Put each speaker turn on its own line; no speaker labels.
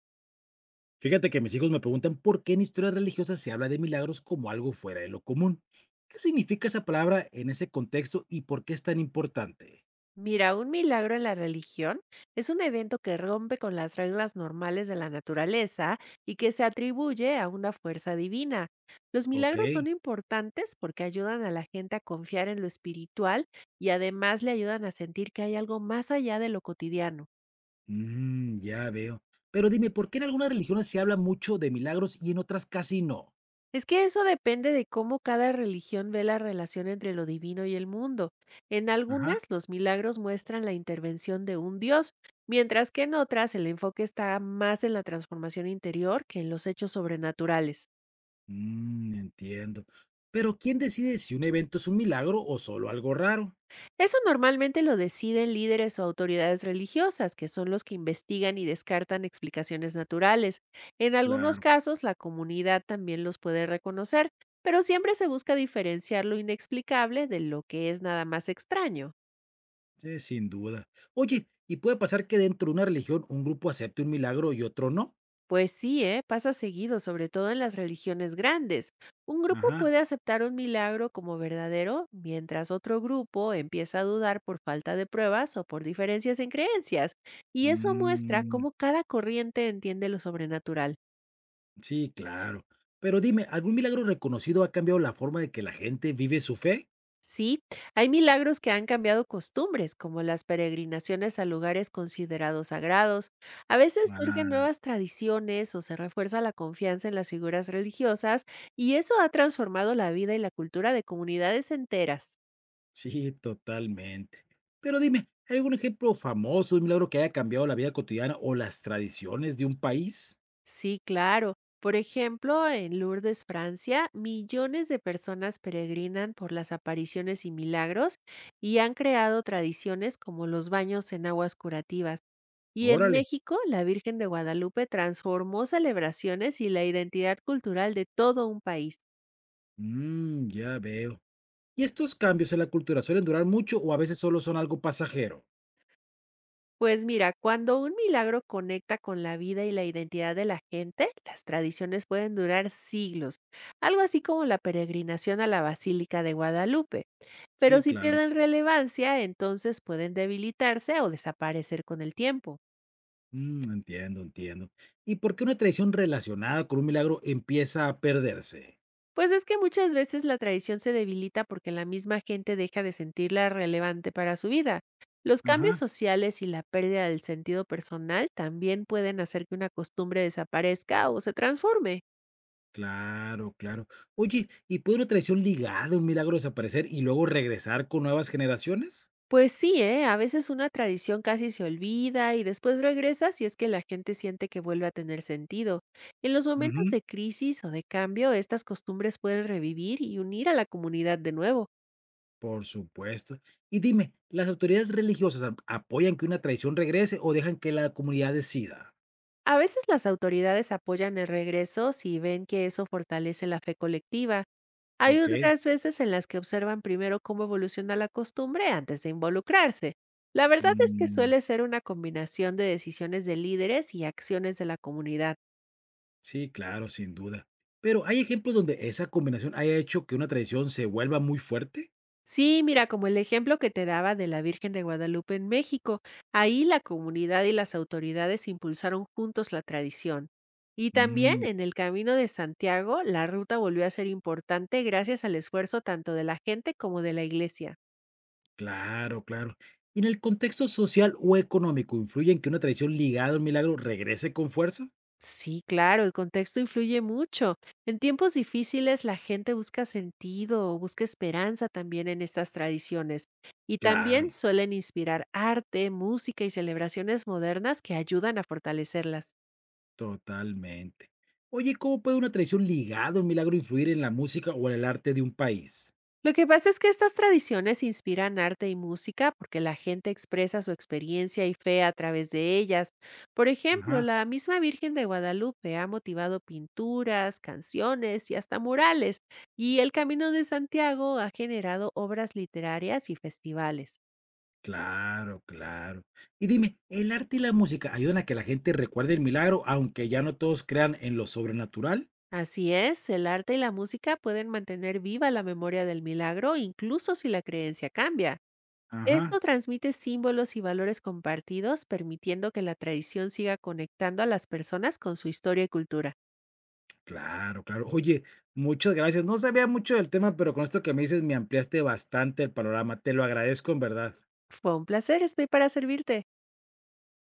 Fíjate que mis hijos me preguntan por qué en historias religiosas se habla de milagros como algo fuera de lo común. ¿Qué significa esa palabra en ese contexto y por qué es tan importante?
Mira, un milagro en la religión es un evento que rompe con las reglas normales de la naturaleza y que se atribuye a una fuerza divina. Los
Ok,
milagros son importantes porque ayudan a la gente a confiar en lo espiritual y además le ayudan a sentir que hay algo más allá de lo cotidiano.
ya veo. Pero dime, ¿por qué en algunas religiones se habla mucho de milagros y en otras casi no?
Es que eso depende de cómo cada religión ve la relación entre lo divino y el mundo. En
Ajá,
algunas, los milagros muestran la intervención de un dios, mientras que en otras el enfoque está más en la transformación interior que en los hechos sobrenaturales.
entiendo. Pero ¿quién decide si un evento es un milagro o solo algo raro?
Eso normalmente lo deciden líderes o autoridades religiosas, que son los que investigan y descartan explicaciones naturales. En algunos
Claro,
casos, la comunidad también los puede reconocer, pero siempre se busca diferenciar lo inexplicable de lo que es nada más extraño.
sí, sin duda. Oye, ¿y puede pasar que dentro de una religión un grupo acepte un milagro y otro no?
Pues sí, ¿eh? Pasa seguido, sobre todo en las religiones grandes. Un grupo
Ajá.
puede aceptar un milagro como verdadero, mientras otro grupo empieza a dudar por falta de pruebas o por diferencias en creencias. Y eso muestra
Mm,
cómo cada corriente entiende lo sobrenatural.
sí, claro. Pero dime, ¿algún milagro reconocido ha cambiado la forma de que la gente vive su fe?
Sí, hay milagros que han cambiado costumbres, como las peregrinaciones a lugares considerados sagrados. A veces surgen
Ah,
nuevas tradiciones o se refuerza la confianza en las figuras religiosas y eso ha transformado la vida y la cultura de comunidades enteras.
sí, totalmente. Pero dime, ¿hay algún ejemplo famoso de un milagro que haya cambiado la vida cotidiana o las tradiciones de un país?
Sí, claro. Por ejemplo, en Lourdes, Francia, millones de personas peregrinan por las apariciones y milagros y han creado tradiciones como los baños en aguas curativas. Y en
Órale.
México, la Virgen de Guadalupe transformó celebraciones y la identidad cultural de todo un país.
Mm, ya veo. ¿Y estos cambios en la cultura suelen durar mucho o a veces solo son algo pasajero?
Pues mira, cuando un milagro conecta con la vida y la identidad de la gente, las tradiciones pueden durar siglos, algo así como la peregrinación a la Basílica de Guadalupe. Pero
Sí,
si
claro.
pierden relevancia, entonces pueden debilitarse o desaparecer con el tiempo.
Entiendo, entiendo. ¿Y por qué una tradición relacionada con un milagro empieza a perderse?
Pues es que muchas veces la tradición se debilita porque la misma gente deja de sentirla relevante para su vida. Los cambios
Ajá.
sociales y la pérdida del sentido personal también pueden hacer que una costumbre desaparezca o se transforme.
Claro, claro. Oye, ¿y puede una tradición ligada a un milagro desaparecer y luego regresar con nuevas generaciones?
Pues sí, ¿eh? A veces una tradición casi se olvida y después regresa si es que la gente siente que vuelve a tener sentido. En los momentos
Ujú.
de crisis o de cambio, estas costumbres pueden revivir y unir a la comunidad de nuevo.
Por supuesto. Y dime, ¿las autoridades religiosas apoyan que una tradición regrese o dejan que la comunidad decida?
A veces las autoridades apoyan el regreso si ven que eso fortalece la fe colectiva. Hay
Ok.
otras veces en las que observan primero cómo evoluciona la costumbre antes de involucrarse. La verdad es que
Mm,
suele ser una combinación de decisiones de líderes y acciones de la comunidad.
sí, claro, sin duda. Pero ¿hay ejemplos donde esa combinación haya hecho que una tradición se vuelva muy fuerte?
Sí, mira, como el ejemplo que te daba de la Virgen de Guadalupe en México, ahí la comunidad y las autoridades impulsaron juntos la tradición. Y también
Mm,
en el Camino de Santiago, la ruta volvió a ser importante gracias al esfuerzo tanto de la gente como de la iglesia.
claro, claro. ¿Y en el contexto social o económico influye en que una tradición ligada a un milagro regrese con fuerza?
Sí, claro, el contexto influye mucho. En tiempos difíciles la gente busca sentido o busca esperanza también en estas tradiciones. Y también
Claro.
suelen inspirar arte, música y celebraciones modernas que ayudan a fortalecerlas.
Totalmente. Oye, ¿cómo puede una tradición ligada a un milagro influir en la música o en el arte de un país?
Lo que pasa es que estas tradiciones inspiran arte y música porque la gente expresa su experiencia y fe a través de ellas. Por ejemplo,
Ajá,
la misma Virgen de Guadalupe ha motivado pinturas, canciones y hasta murales, y el Camino de Santiago ha generado obras literarias y festivales.
claro, claro. Y dime, ¿el arte y la música ayudan a que la gente recuerde el milagro, aunque ya no todos crean en lo sobrenatural?
Así es, el arte y la música pueden mantener viva la memoria del milagro incluso si la creencia cambia. Esto
Ajá,
transmite símbolos y valores compartidos, permitiendo que la tradición siga conectando a las personas con su historia y cultura.
claro, claro. Oye, muchas gracias. No sabía mucho del tema, pero con esto que me dices me ampliaste bastante el panorama. Te lo agradezco en verdad.
Fue un placer, estoy para servirte.